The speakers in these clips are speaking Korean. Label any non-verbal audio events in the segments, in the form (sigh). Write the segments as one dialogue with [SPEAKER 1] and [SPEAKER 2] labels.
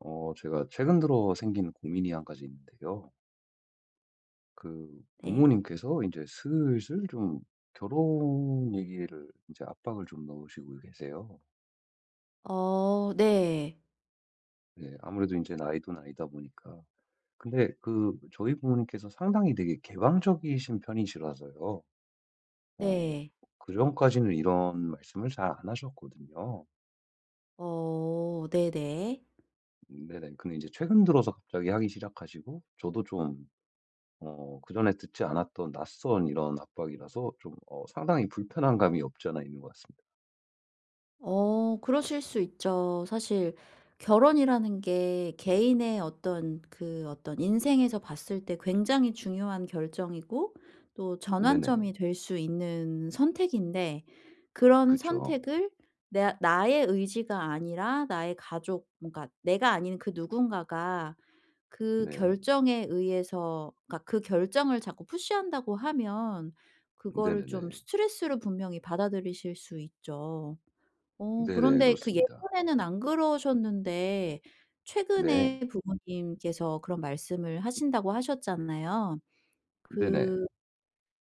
[SPEAKER 1] 제가 최근 들어 생긴 고민이 한 가지 있는데요. 그
[SPEAKER 2] 네.
[SPEAKER 1] 부모님께서 이제 슬슬 좀 결혼 얘기를 이제 압박을 좀 넣으시고 계세요.
[SPEAKER 2] 어 네.
[SPEAKER 1] 네, 아무래도 이제 나이도 나이다 보니까. 근데 그 저희 부모님께서 상당히 되게 개방적이신 편이시라서요. 어,
[SPEAKER 2] 네.
[SPEAKER 1] 그전까지는 이런 말씀을 잘 안 하셨거든요.
[SPEAKER 2] 어 네네.
[SPEAKER 1] 네네. 근데 이제 최근 들어서 갑자기 하기 시작하시고, 저도 좀 그전에 듣지 않았던 낯선 이런 압박이라서 좀 상당히 불편한 감이 없지 않아 있는 것 같습니다.
[SPEAKER 2] 그러실 수 있죠. 사실 결혼이라는 게 개인의 어떤 그 어떤 인생에서 봤을 때 굉장히 중요한 결정이고 또
[SPEAKER 1] 네네.
[SPEAKER 2] 전환점이 될 수 있는 선택인데 그런
[SPEAKER 1] 그쵸.
[SPEAKER 2] 선택을 내 나의 의지가 아니라 나의 가족 뭔가 내가 아닌 그 누군가가 그
[SPEAKER 1] 네.
[SPEAKER 2] 결정에 의해서 그러니까 그 결정을 자꾸 푸시한다고 하면 그거를 좀
[SPEAKER 1] 네네네.
[SPEAKER 2] 스트레스로 분명히 받아들이실 수 있죠.
[SPEAKER 1] 네네.
[SPEAKER 2] 그런데 그
[SPEAKER 1] 그렇습니다.
[SPEAKER 2] 예전에는 안 그러셨는데
[SPEAKER 1] 네.
[SPEAKER 2] 최근에 부모님께서 그런 말씀을 하신다고 하셨잖아요.
[SPEAKER 1] 네네.
[SPEAKER 2] 그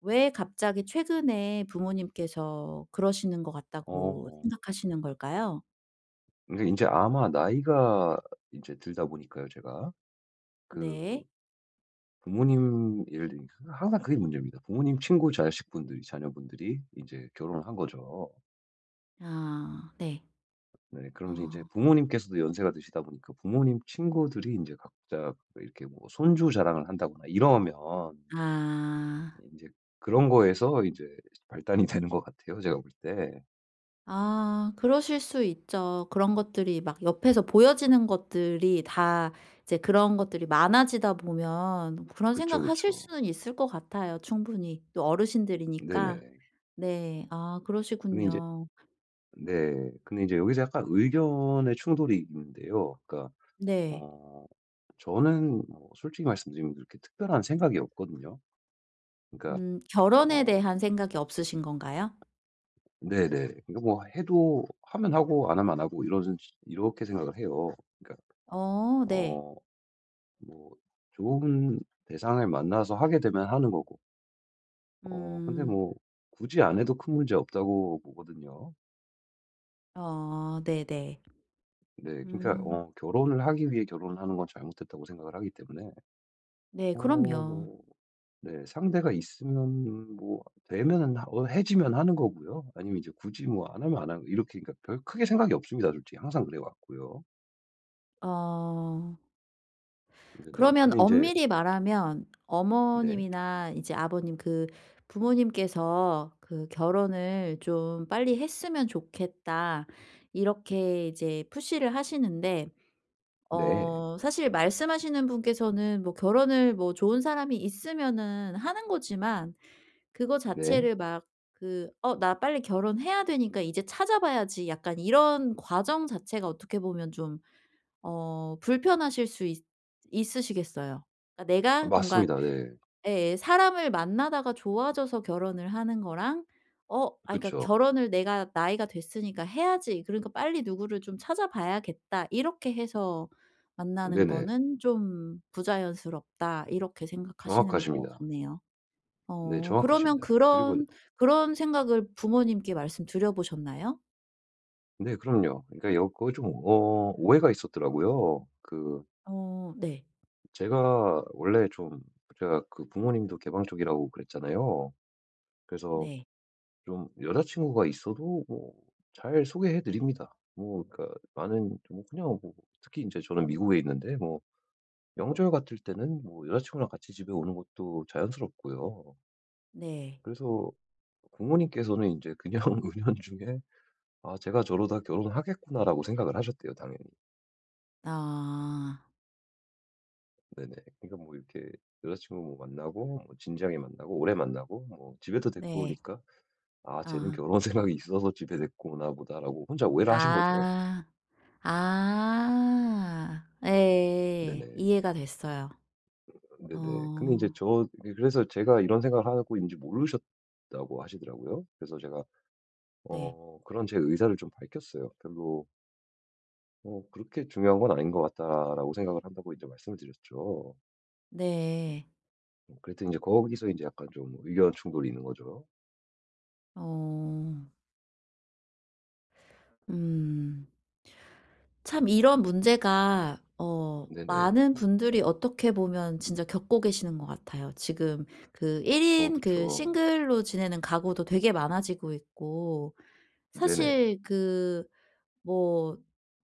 [SPEAKER 2] 왜 갑자기 최근에 부모님께서 그러시는 것 같다고
[SPEAKER 1] 어.
[SPEAKER 2] 생각하시는 걸까요?
[SPEAKER 1] 그러니까 이제 아마 나이가 이제 들다 보니까요 제가. 그
[SPEAKER 2] 네.
[SPEAKER 1] 부모님 예를 들면 항상 그게 문제입니다. 부모님 친구 자식분들이 자녀분들이 이제 결혼을 한 거죠.
[SPEAKER 2] 아 네.
[SPEAKER 1] 네. 그럼
[SPEAKER 2] 어.
[SPEAKER 1] 이제 부모님께서도 연세가 드시다 보니까 부모님 친구들이 이제 각자 이렇게 뭐 손주 자랑을 한다거나 이러면
[SPEAKER 2] 아.
[SPEAKER 1] 이제 그런 거에서 이제 발단이 (laughs) 되는 것 같아요, 제가 볼 때.
[SPEAKER 2] 아 그러실 수 있죠. 그런 것들이 막 옆에서 보여지는 것들이 다 이제 그런 것들이 많아지다 보면 그런
[SPEAKER 1] 그쵸,
[SPEAKER 2] 생각하실
[SPEAKER 1] 그쵸.
[SPEAKER 2] 수는 있을 것 같아요 충분히. 또 어르신들이니까.
[SPEAKER 1] 네네.
[SPEAKER 2] 네. 아
[SPEAKER 1] 근데 이제
[SPEAKER 2] 그러시군요.
[SPEAKER 1] 네. 근데 이제 여기서 약간 의견의 충돌이 있는데요. 그러니까
[SPEAKER 2] 네.
[SPEAKER 1] 어 저는 뭐 솔직히 말씀드리면 그렇게 특별한 생각이 없거든요. 그러니까
[SPEAKER 2] 결혼에
[SPEAKER 1] 어
[SPEAKER 2] 대한 생각이 없으신 건가요?
[SPEAKER 1] 네네. 그러니까 뭐 해도 하면 하고 안 하면 안 하고 이런 이렇게 생각을 해요. 그러니까
[SPEAKER 2] 어 네.
[SPEAKER 1] 어 뭐 좋은 대상을 만나서 하게 되면 하는 거고. 근데
[SPEAKER 2] 음.
[SPEAKER 1] 뭐 굳이 안 해도 큰 문제 없다고 보거든요.
[SPEAKER 2] 어 네네.
[SPEAKER 1] 네. 그러니까
[SPEAKER 2] 음.
[SPEAKER 1] 결혼을 하기 위해 결혼을 하는 건 잘못됐다고 생각을 하기 때문에
[SPEAKER 2] 네
[SPEAKER 1] 어
[SPEAKER 2] 그럼요.
[SPEAKER 1] 뭐 네 상대가 있으면 뭐 되면은 하 어 해지면 하는 거고요. 아니면 이제 굳이 뭐 안 하면 안 하고 이렇게 그러니까 별 크게 생각이 없습니다 솔직히. 항상 그래 왔고요.
[SPEAKER 2] 어.
[SPEAKER 1] 근데 네.
[SPEAKER 2] 그러면
[SPEAKER 1] 근데 이제
[SPEAKER 2] 엄밀히 말하면
[SPEAKER 1] 네.
[SPEAKER 2] 어머님이나 이제 아버님 그 부모님께서 그 "결혼을 좀 빨리 했으면 좋겠다." 이렇게 이제 푸시를 하시는데
[SPEAKER 1] 네.
[SPEAKER 2] 사실 말씀하시는 분께서는 뭐 결혼을 뭐 좋은 사람이 있으면은 하는 거지만 그거
[SPEAKER 1] 네.
[SPEAKER 2] 자체를 막 그 '어 나 빨리 결혼해야 되니까 이제 찾아봐야지.' 약간 이런 과정 자체가 어떻게 보면 좀 불편하실 수 있 있으시겠어요. 그러니까
[SPEAKER 1] 아
[SPEAKER 2] 내가 뭔가
[SPEAKER 1] 맞습니다. 네.
[SPEAKER 2] 예예 사람을 만나다가 좋아져서 결혼을 하는 거랑 아 그러니까
[SPEAKER 1] 그쵸.
[SPEAKER 2] '결혼을 내가 나이가 됐으니까 해야지. 그러니까 빨리 누구를 좀 찾아 봐야겠다.' 이렇게 해서 만나는
[SPEAKER 1] 네네.
[SPEAKER 2] 거는 좀 '부자연스럽다.' 이렇게 생각하시는 것
[SPEAKER 1] 정확하십니다.
[SPEAKER 2] 같네요.
[SPEAKER 1] 네
[SPEAKER 2] 그러면
[SPEAKER 1] 정확하십니다. 그리고
[SPEAKER 2] 그런 생각을 부모님께 말씀드려 보셨나요?
[SPEAKER 1] 네 그럼요. 그러니까 여 그거 좀 오해가 있었더라고요. 그
[SPEAKER 2] 어 네.
[SPEAKER 1] 제가 원래 좀 제가 그 부모님도 개방적이라고 그랬잖아요. 그래서
[SPEAKER 2] 네.
[SPEAKER 1] 좀 여자친구가 있어도 뭐 잘 소개해 드립니다. 뭐 그러니까 많은 뭐 그냥 뭐 특히 이제 저는 미국에 있는데 뭐 명절 같을 때는 뭐 여자친구랑 같이 집에 오는 것도 자연스럽고요.
[SPEAKER 2] 네.
[SPEAKER 1] 그래서 부모님께서는 이제 그냥 (laughs) 은연중에 아 제가 저러다 '결혼하겠구나.'라고 생각을 하셨대요 당연히.
[SPEAKER 2] 아.
[SPEAKER 1] 네네. 그러니까 뭐 이렇게 여자친구 뭐 만나고 뭐 진지하게 만나고 오래 만나고 뭐 집에도 데리고
[SPEAKER 2] 네.
[SPEAKER 1] 오니까 '아 쟤는
[SPEAKER 2] 어.
[SPEAKER 1] 결혼 (laughs) 생각이 있어서 집에 데리고 오나 보다.'라고 혼자 오해를 하신 거죠.
[SPEAKER 2] 아. 아. 예.
[SPEAKER 1] 네네.
[SPEAKER 2] 이해가 됐어요.
[SPEAKER 1] 네네. 근데 이제
[SPEAKER 2] 어.
[SPEAKER 1] 저 그래서 제가 이런 생각을 하고 있는지 모르셨다고 하시더라고요. 그래서 제가
[SPEAKER 2] 네.
[SPEAKER 1] 그런 제 의사를 좀 밝혔어요. 별로 "그렇게 중요한 건 아닌 것 같다."라고 생각을 한다고 이제 말씀을 드렸죠.
[SPEAKER 2] 네.
[SPEAKER 1] 그랬더니 제 거기서 이제 약간 좀 의견 충돌이 있는 거죠.
[SPEAKER 2] 어. 음. 참 이런 문제가
[SPEAKER 1] 네네.
[SPEAKER 2] 많은 분들이 어떻게 보면 진짜 겪고 계시는 것 같아요. 지금 그 1
[SPEAKER 1] 어
[SPEAKER 2] 인 그
[SPEAKER 1] 그쵸.
[SPEAKER 2] 싱글로 지내는 가구도 되게 많아지고 있고
[SPEAKER 1] 네네.
[SPEAKER 2] 사실 그뭐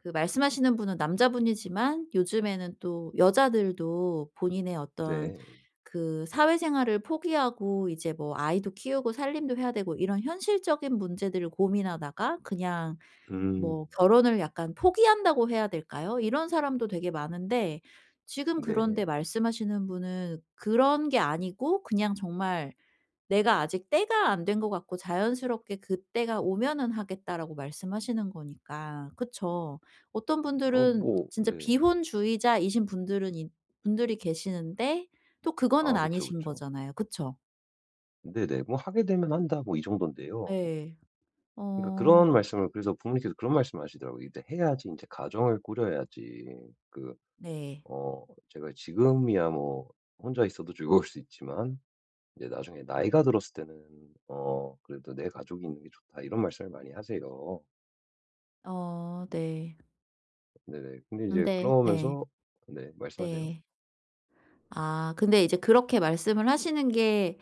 [SPEAKER 2] 그 말씀하시는 분은 남자분이지만 요즘에는 또 여자들도 본인의 어떤
[SPEAKER 1] 네.
[SPEAKER 2] 그 사회생활을 포기하고 이제 뭐 아이도 키우고 살림도 해야 되고 이런 현실적인 문제들을 고민하다가 그냥
[SPEAKER 1] 음.
[SPEAKER 2] 뭐 결혼을 약간 포기한다고 해야 될까요? 이런 사람도 되게 많은데 지금
[SPEAKER 1] 네.
[SPEAKER 2] 그런데 말씀하시는 분은 그런 게 아니고 그냥 정말 내가 아직 때가 안 된 것 같고 자연스럽게 '그 때가 오면은 하겠다.'라고 말씀하시는 거니까. 그쵸. 어떤
[SPEAKER 1] 어
[SPEAKER 2] 분들은
[SPEAKER 1] 뭐
[SPEAKER 2] 진짜
[SPEAKER 1] 네.
[SPEAKER 2] 비혼주의자이신 분들은 이 분들이 계시는데 또 그거는
[SPEAKER 1] 아 그쵸,
[SPEAKER 2] 아니신
[SPEAKER 1] 그쵸.
[SPEAKER 2] 거잖아요. 그쵸?
[SPEAKER 1] 네네. 뭐 '하게 되면 한다.' 뭐 이 정도인데요.
[SPEAKER 2] 예.
[SPEAKER 1] 그러니까 그런
[SPEAKER 2] 어
[SPEAKER 1] 말씀을 그래서 부모님께서 그런 말씀을 하시더라고요. "이제 해야지 이제 가정을 꾸려야지." 그
[SPEAKER 2] 네.
[SPEAKER 1] 제가 지금이야 뭐 혼자 있어도 즐거울 수 있지만 이제 나중에 나이가 들었을 때는 "그래도 내 가족이 있는 게 좋다." 이런 말씀을 많이 하세요.
[SPEAKER 2] 어 네.
[SPEAKER 1] 네네. 근데 이제
[SPEAKER 2] 근데 네.
[SPEAKER 1] 그러면서 네 말씀하세요.
[SPEAKER 2] 네. 아 근데 이제 그렇게 말씀을 하시는 게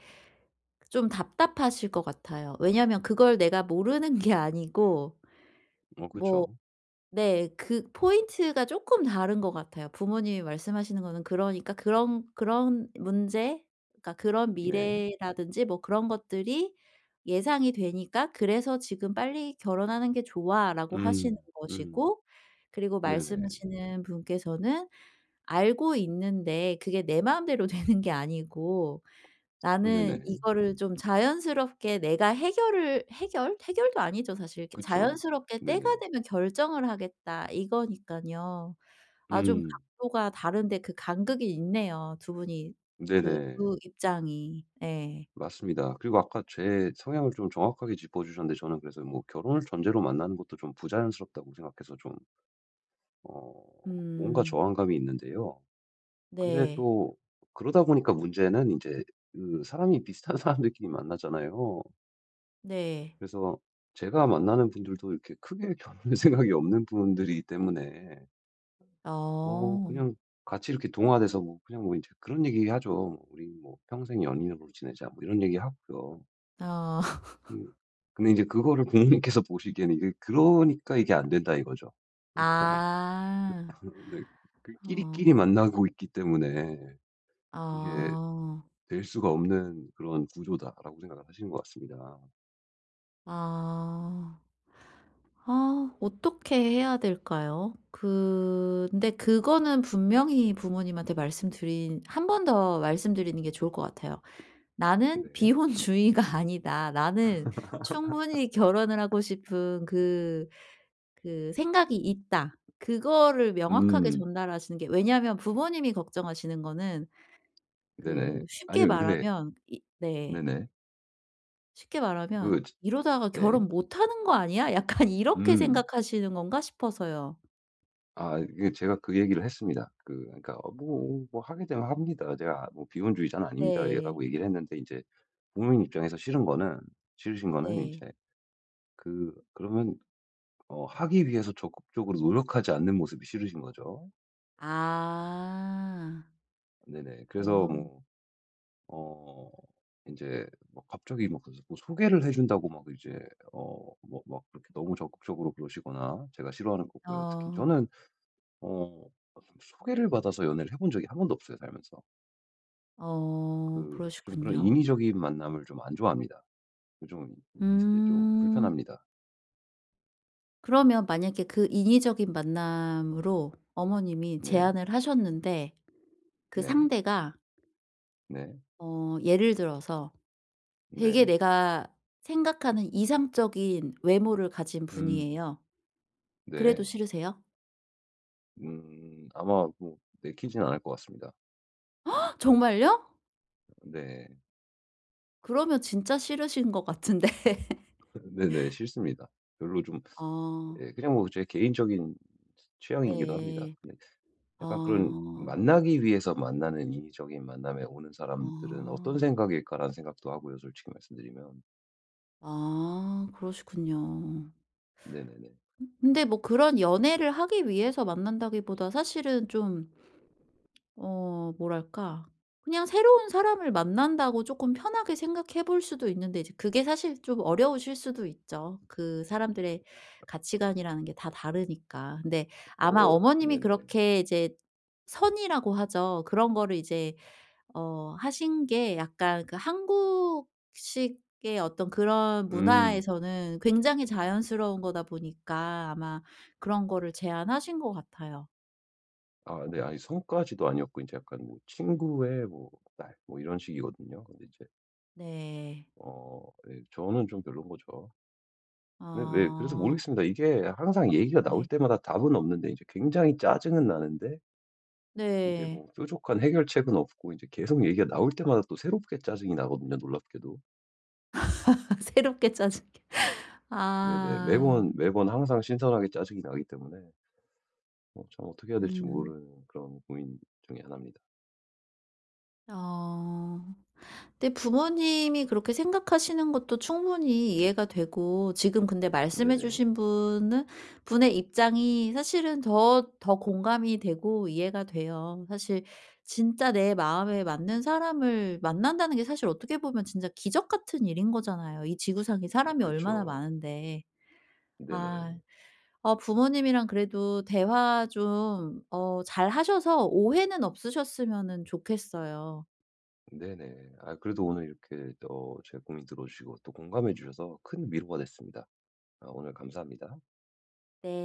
[SPEAKER 2] 좀 답답하실 것 같아요. 왜냐면 그걸 내가 모르는 게 아니고
[SPEAKER 1] 어
[SPEAKER 2] 뭐
[SPEAKER 1] 그쵸.
[SPEAKER 2] 네. 그 포인트가 쪼끔 다른 것 같아요. 부모님이 말씀하시는 거는 그러니까 그런 그런 문제 그러니까 그런
[SPEAKER 1] 네.
[SPEAKER 2] 미래라든지 뭐 그런 것들이 예상이 되니까 "그래서 지금 빨리 결혼하는 게 좋아."라고 하시는
[SPEAKER 1] 음. 음.
[SPEAKER 2] 것이고 그리고
[SPEAKER 1] 네네.
[SPEAKER 2] 말씀하시는 분께서는 알고 있는데 그게 내 마음대로 (laughs) 되는 게 아니고 나는
[SPEAKER 1] 네네.
[SPEAKER 2] 이거를 좀 자연스럽게 내가 해결을 해결? 해결도 아니죠 사실. 이렇게
[SPEAKER 1] 그쵸.
[SPEAKER 2] 자연스럽게
[SPEAKER 1] 네네.
[SPEAKER 2] 때가 되면 결정을 하겠다 이거니깐요. 아 좀
[SPEAKER 1] 음.
[SPEAKER 2] 각도가 다른데 그 간극이 있네요 두 분이 그
[SPEAKER 1] 네네.
[SPEAKER 2] 두 입장이. 예.
[SPEAKER 1] 맞습니다. 그리고 아까 제 성향을 좀 정확하게 짚어주셨는데 저는 그래서 뭐 결혼을 전제로 만나는 것도 좀 부자연스럽다고 생각해서 좀 어 뭔가
[SPEAKER 2] 음.
[SPEAKER 1] 저항감이 있는데요. 근데
[SPEAKER 2] 네.
[SPEAKER 1] 또 그러다 보니까 문제는 이제 그 사람이 비슷한 (laughs) 사람들끼리 만나잖아요.
[SPEAKER 2] 네.
[SPEAKER 1] 그래서 제가 만나는 분들도 이렇게 크게 (laughs) 결혼할 생각이 없는 분들이기 때문에
[SPEAKER 2] 어. 어.
[SPEAKER 1] 그냥 같이 이렇게 동화돼서 뭐 그냥 뭐 이제 그런 얘기하죠. "우리 뭐 평생 연인으로 지내자." 뭐 이런 얘기하고요.
[SPEAKER 2] (laughs)
[SPEAKER 1] 그 근데 이제 그거를 부모님께서 (laughs) 보시기에는 이게 그러니까 이게 안 된다 이거죠. 그러니까
[SPEAKER 2] 아.
[SPEAKER 1] (laughs) 네 그
[SPEAKER 2] 어.
[SPEAKER 1] 끼리끼리 만나고 있기 때문에 이게
[SPEAKER 2] 어.
[SPEAKER 1] '될 수가 없는 그런 구조다.'라고 생각을 하시는 것 같습니다.
[SPEAKER 2] 아. 아 어떻게 해야 될까요? 그 근데 그거는 분명히 부모님한테 말씀드린 한 번 더 말씀드리는 게 좋을 것 같아요. "나는
[SPEAKER 1] 네.
[SPEAKER 2] 비혼주의가 (laughs) 아니다. 나는 충분히 결혼을 하고 싶은 그 생각이 있다." 그거를 명확하게
[SPEAKER 1] 음.
[SPEAKER 2] 전달하시는 게 왜냐하면 부모님이 걱정하시는 거는
[SPEAKER 1] 네네.
[SPEAKER 2] 그 쉽게
[SPEAKER 1] 아니요. 근데
[SPEAKER 2] 말하면 이 네.
[SPEAKER 1] 네네.
[SPEAKER 2] 쉽게 말하면
[SPEAKER 1] 그
[SPEAKER 2] '이러다가
[SPEAKER 1] 네.
[SPEAKER 2] 결혼 못 하는 거 아니야?' 약간 이렇게
[SPEAKER 1] 음.
[SPEAKER 2] 생각하시는 건가 싶어서요.
[SPEAKER 1] 아 이게 제가 그 얘기를 했습니다. 그 그러니까 "어 뭐 뭐 하게 되면 합니다. 제가 뭐 비혼주의자는
[SPEAKER 2] 네.
[SPEAKER 1] 아닙니다."라고 얘기를 했는데 이제 부모님 입장에서 싫은 거는 싫으신 거는 이
[SPEAKER 2] 네.
[SPEAKER 1] 제 그 그러면 하기 위해서 적극적으로 노력하지 않는 모습이 싫으신 거죠.
[SPEAKER 2] 아.
[SPEAKER 1] 네네. 그래서
[SPEAKER 2] 어.
[SPEAKER 1] 뭐 어 이제 뭐 갑자기 막 그래서 뭐 소개를 해 준다고 막 이제 뭐 막 그렇게 너무 적극적으로 그러시거나 제가 싫어하는 거고요. 특히
[SPEAKER 2] 어.
[SPEAKER 1] 저는 어 소개를 받아서 연애를 해본 적이 한 번도 없어요, 살면서.
[SPEAKER 2] 어.
[SPEAKER 1] 그 좀 그런
[SPEAKER 2] 그러시군요.
[SPEAKER 1] 인위적인 만남을 좀 안 좋아합니다. 그 좀이 좀
[SPEAKER 2] 음.
[SPEAKER 1] 불편합니다.
[SPEAKER 2] 그러면 만약에 그 인위적인 만남으로 어머님이
[SPEAKER 1] 네.
[SPEAKER 2] 제안을 하셨는데 그
[SPEAKER 1] 네.
[SPEAKER 2] 상대가
[SPEAKER 1] 네.
[SPEAKER 2] 예를 들어서 되게
[SPEAKER 1] 네.
[SPEAKER 2] 내가 생각하는 이상적인 외모를 가진
[SPEAKER 1] 음.
[SPEAKER 2] 분이에요. 그래도
[SPEAKER 1] 네.
[SPEAKER 2] 싫으세요?
[SPEAKER 1] 음. 아마 뭐 내키진 않을 것 같습니다.
[SPEAKER 2] (gasps) 정말요?
[SPEAKER 1] 네.
[SPEAKER 2] 그러면 진짜 싫으신 것 같은데. (laughs)
[SPEAKER 1] (laughs) 네네. 싫습니다. 별로 좀
[SPEAKER 2] 어.
[SPEAKER 1] 예 그냥 뭐 제 개인적인 취향이기도 합니다.
[SPEAKER 2] 네.
[SPEAKER 1] 근데 약간 그런
[SPEAKER 2] 어.
[SPEAKER 1] '만나기 위해서 만나는 인위적인 만남에 오는 사람들은 어떤
[SPEAKER 2] 아.
[SPEAKER 1] 생각일까?'라는 생각도 하고요 솔직히 말씀드리면.
[SPEAKER 2] 아 그러시군요.
[SPEAKER 1] 네네네.
[SPEAKER 2] 근데 뭐 그런 연애를 하기 위해서 만난다기보다 사실은 좀 뭐랄까 그냥 새로운 사람을 만난다고 조금 편하게 생각해 볼 수도 있는데 이제 그게 사실 좀 어려우실 수도 있죠. 그 사람들의 가치관이라는 게 다 다르니까. 근데 아마
[SPEAKER 1] 어
[SPEAKER 2] 어머님이
[SPEAKER 1] 네네.
[SPEAKER 2] 그렇게 이제 선이라고 하죠. 그런 거를 이제 하신 게 약간 그 한국식의 어떤 그런
[SPEAKER 1] 음.
[SPEAKER 2] 문화에서는 굉장히 자연스러운 거다 보니까 아마 그런 거를 제안하신 것 같아요.
[SPEAKER 1] 아 네. 아니 성까지도 아니었고 이제 약간 뭐 친구의 뭐 딸 뭐 이런 식이거든요. 근데 이제
[SPEAKER 2] 네.
[SPEAKER 1] 예 저는 좀 별론 거죠. 근데 왜 그래서
[SPEAKER 2] 어
[SPEAKER 1] 모르겠습니다. 이게 항상 얘기가 나올
[SPEAKER 2] 네.
[SPEAKER 1] 때마다 답은 없는데 이제 굉장히 짜증은 나는데 이제
[SPEAKER 2] 네.
[SPEAKER 1] 뭐 뾰족한 해결책은 없고 이제 계속 얘기가 나올 때마다 또 새롭게 짜증이 나거든요, 놀랍게도.
[SPEAKER 2] (laughs) 새롭게 짜증
[SPEAKER 1] 네네.
[SPEAKER 2] 아.
[SPEAKER 1] 매번, 매번 항상 신선하게 짜증이 나기 때문에 참 어떻게 해야 될지
[SPEAKER 2] 음.
[SPEAKER 1] 모르는 그런 고민 중에 하나입니다.
[SPEAKER 2] 어. 근데 부모님이 그렇게 생각하시는 것도 충분히 이해가 되고 지금 근데 말씀해 주신
[SPEAKER 1] 네네.
[SPEAKER 2] 분은 분의 입장이 사실은 더, 더 공감이 되고 이해가 돼요. 사실 진짜 내 마음에 맞는 사람을 만난다는 게 사실 어떻게 보면 진짜 기적 같은 일인 거잖아요. 이 지구상에 사람이 얼마나
[SPEAKER 1] 그쵸.
[SPEAKER 2] 많은데. 아,
[SPEAKER 1] 네네.
[SPEAKER 2] 부모님이랑 그래도 대화 좀, 잘 하셔서 오해는 없으셨으면 좋겠어요.
[SPEAKER 1] 네네. 아 그래도 오늘 이렇게 제 고민 들어주시고 또 공감해 주셔서 큰 위로가 됐습니다. 아 오늘 감사합니다.
[SPEAKER 2] 네.